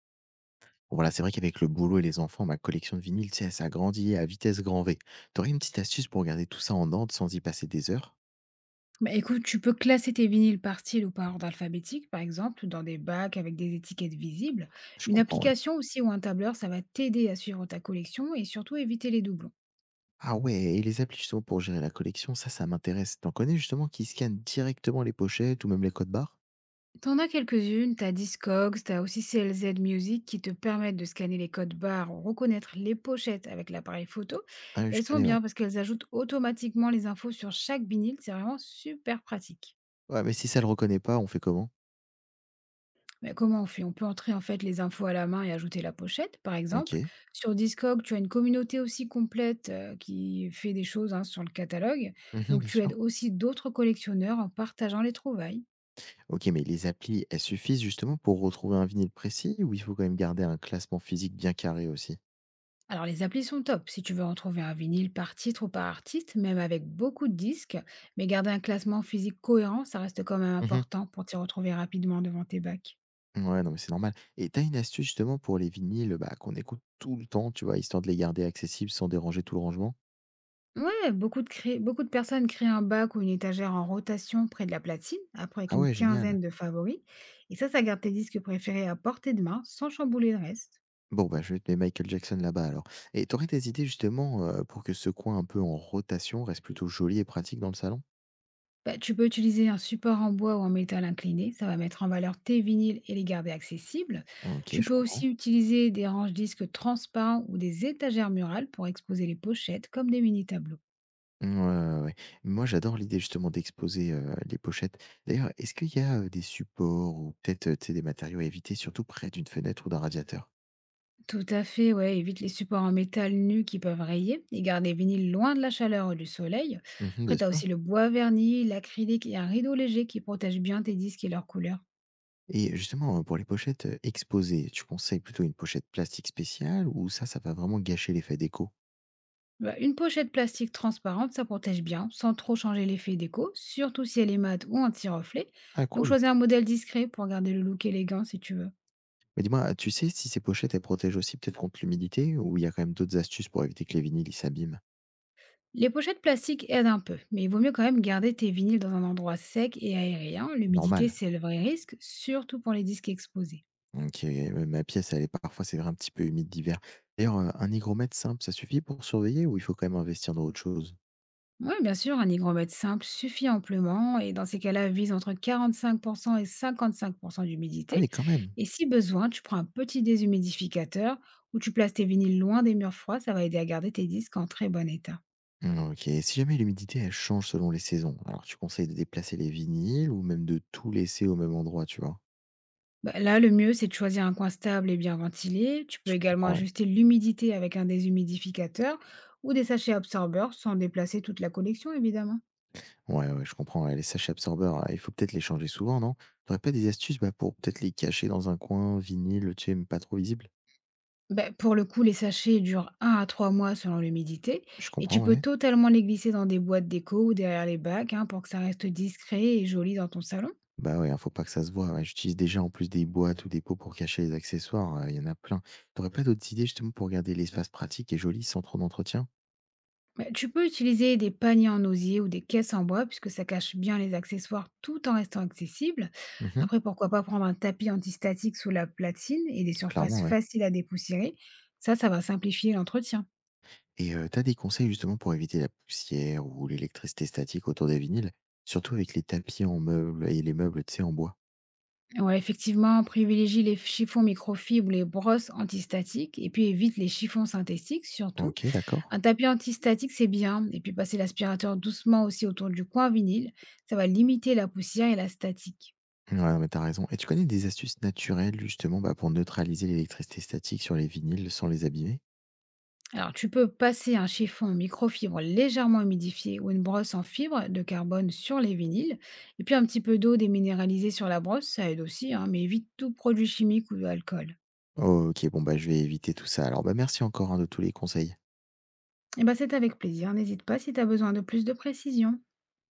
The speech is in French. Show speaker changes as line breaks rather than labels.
Voilà, c'est vrai qu'avec le boulot et les enfants, ma collection de vinyles, tu sais, ça grandit à vitesse grand V. T'aurais une petite astuce pour garder tout ça en ordre sans y passer des heures.
Bah, écoute, tu peux classer tes vinyles par style ou par ordre alphabétique, par exemple, ou dans des bacs avec des étiquettes visibles.
Je
Une
comprends, ouais.
application aussi ou un tableur, ça va t'aider à suivre ta collection et surtout éviter les doublons.
Ah ouais, et les applis justement pour gérer la collection, ça m'intéresse. T'en connais justement qui scannent directement les pochettes ou même les codes barres?
T'en as quelques-unes, t'as Discogs, t'as aussi CLZ Music qui te permettent de scanner les codes barres ou reconnaître les pochettes avec l'appareil photo.
Ah oui,
Et
je
elles sont
connais, ouais.
bien parce qu'elles ajoutent automatiquement les infos sur chaque vinyle, c'est vraiment super pratique.
Ouais, mais si ça le reconnaît pas, on fait comment?
Mais comment on fait? On peut entrer en fait les infos à la main et ajouter la pochette, par
Ok.
exemple. Sur Discog, tu as une communauté aussi complète qui fait des choses hein, sur le catalogue.
Mhm,
Donc
bien
tu
sûr.
aides aussi d'autres collectionneurs en partageant les trouvailles.
Ok, mais les applis, elles suffisent justement pour retrouver un vinyle précis ou il faut quand même garder un classement physique bien carré aussi?
Alors les applis sont top si tu veux en trouver un vinyle par titre ou par artiste, même avec beaucoup de disques. Mais garder un classement physique cohérent, ça reste quand même important pour t'y retrouver rapidement devant tes bacs.
Ouais, non, mais c'est normal. Et t'as une astuce justement pour les vinyles, bah, qu'on écoute tout le temps, tu vois, histoire de les garder accessibles sans déranger tout le rangement?
Ouais, beaucoup de personnes créent un bac ou une étagère en rotation près de la platine, après avec
Ah
une
ouais, génial.
quinzaine de favoris. Et ça garde tes disques préférés à portée de main sans chambouler le reste.
Bon, bah, je vais te mettre Michael Jackson là-bas alors. Et t'aurais des idées justement pour que ce coin un peu en rotation reste plutôt joli et pratique dans le salon?
Bah, tu peux utiliser un support en bois ou en métal incliné, ça va mettre en valeur tes vinyles et les garder accessibles.
Ok,
Tu
je
peux
comprends.
aussi utiliser des ranges disques transparents ou des étagères murales pour exposer les pochettes comme des mini-tableaux.
Ouais, ouais, ouais. Moi, j'adore l'idée justement d'exposer les pochettes. D'ailleurs, est-ce qu'il y a des supports ou peut-être tu sais, des matériaux à éviter, surtout près d'une fenêtre ou d'un radiateur?
Tout à fait, ouais. Évite les supports en métal nus qui peuvent rayer et garde les vinyles loin de la chaleur ou du soleil.
Mhm, bien
Après, tu as
sûr.
aussi le bois verni, l'acrylique et un rideau léger qui protège bien tes disques et leurs couleurs.
Et justement, pour les pochettes, exposées, tu conseilles plutôt une pochette plastique spéciale ou ça va vraiment gâcher l'effet déco?
Bah, une pochette plastique transparente, ça protège bien, sans trop changer l'effet déco, surtout si elle est mate ou anti-reflet.
Ah
Donc,
cool.
choisis un modèle discret pour garder le look élégant si tu veux.
Mais dis-moi, tu sais si ces pochettes, elles protègent aussi peut-être contre l'humidité ou il y a quand même d'autres astuces pour éviter que les vinyles, ils s'abîment?
Les pochettes plastiques aident un peu, mais il vaut mieux quand même garder tes vinyles dans un endroit sec et aérien. L'humidité,
Normal.
c'est le vrai risque, surtout pour les disques exposés.
OK, ouais, ma pièce, elle est parfois, c'est vrai, un petit peu humide d'hiver. D'ailleurs, un hygromètre simple, ça suffit pour surveiller ou il faut quand même investir dans autre chose?
Oui, bien sûr, un hygromètre simple suffit amplement et dans ces cas-là, vise entre 45% et 55%
Ah
d'humidité.
oui, quand même!
Et si besoin, tu prends un petit déshumidificateur ou tu places tes vinyles loin des murs froids, ça va aider à garder tes disques en très bon état.
Mmh, OK. Si jamais l'humidité, elle change selon les saisons, alors tu conseilles de déplacer les vinyles ou même de tout laisser au même endroit, tu vois?
Bah, là, le mieux, c'est de choisir un coin stable et bien ventilé. Tu peux
Je
également
comprends, ouais.
ajuster l'humidité avec un déshumidificateur ou des sachets absorbeurs sans déplacer toute la collection, évidemment.
Ouais, ouais, je comprends. Et les sachets absorbeurs, ah, il faut peut-être les changer souvent, non? T'aurais pas des astuces, bah, pour peut-être les cacher dans un coin, vinyle, tu sais, mais pas trop visible?
Beh, pour le coup, les sachets durent un à 3 mois selon l'humidité
Je
et tu
comprends,
peux
ouais.
totalement les glisser dans des boîtes déco ou derrière les bacs hein, pour que ça reste discret et joli dans ton salon.
Bah ouais, hein, faut pas que ça se voit. Ouais. J'utilise déjà en plus des boîtes ou des pots pour cacher les accessoires. Il y en a plein. T'aurais pas d'autres idées justement pour garder l'espace pratique et joli sans trop d'entretien?
Bah, tu peux utiliser des paniers en osier ou des caisses en bois puisque ça cache bien les accessoires tout en restant accessible.
Mhm,
Après, pourquoi pas prendre un tapis antistatique sous la platine et des surfaces
clairement, ouais.
faciles à dépoussiérer. Ça va simplifier l'entretien.
Et t'as des conseils justement pour éviter la poussière ou l'électricité statique autour des vinyles, surtout avec les tapis en meubles et les meubles, tu sais, en bois.
Ouais, effectivement, privilégie les chiffons microfibres ou les brosses antistatiques et puis évite les chiffons synthétiques surtout.
Ok, d'accord.
Un tapis antistatique, c'est bien. Et puis passer l'aspirateur doucement aussi autour du coin vinyle, ça va limiter la poussière et la statique.
Ouais, non, mais t'as raison. Et tu connais des astuces naturelles justement, bah, pour neutraliser l'électricité statique sur les vinyles sans les abîmer?
Alors tu peux passer un chiffon en microfibre légèrement humidifié ou une brosse en fibre de carbone sur les vinyles, et puis un petit peu d'eau déminéralisée sur la brosse, ça aide aussi, hein, mais évite tout produit chimique ou de alcool.
Ok, bon bah je vais éviter tout ça. Alors bah merci encore hein, de tous les conseils.
Et ben c'est avec plaisir, n'hésite pas si tu as besoin de plus de précision.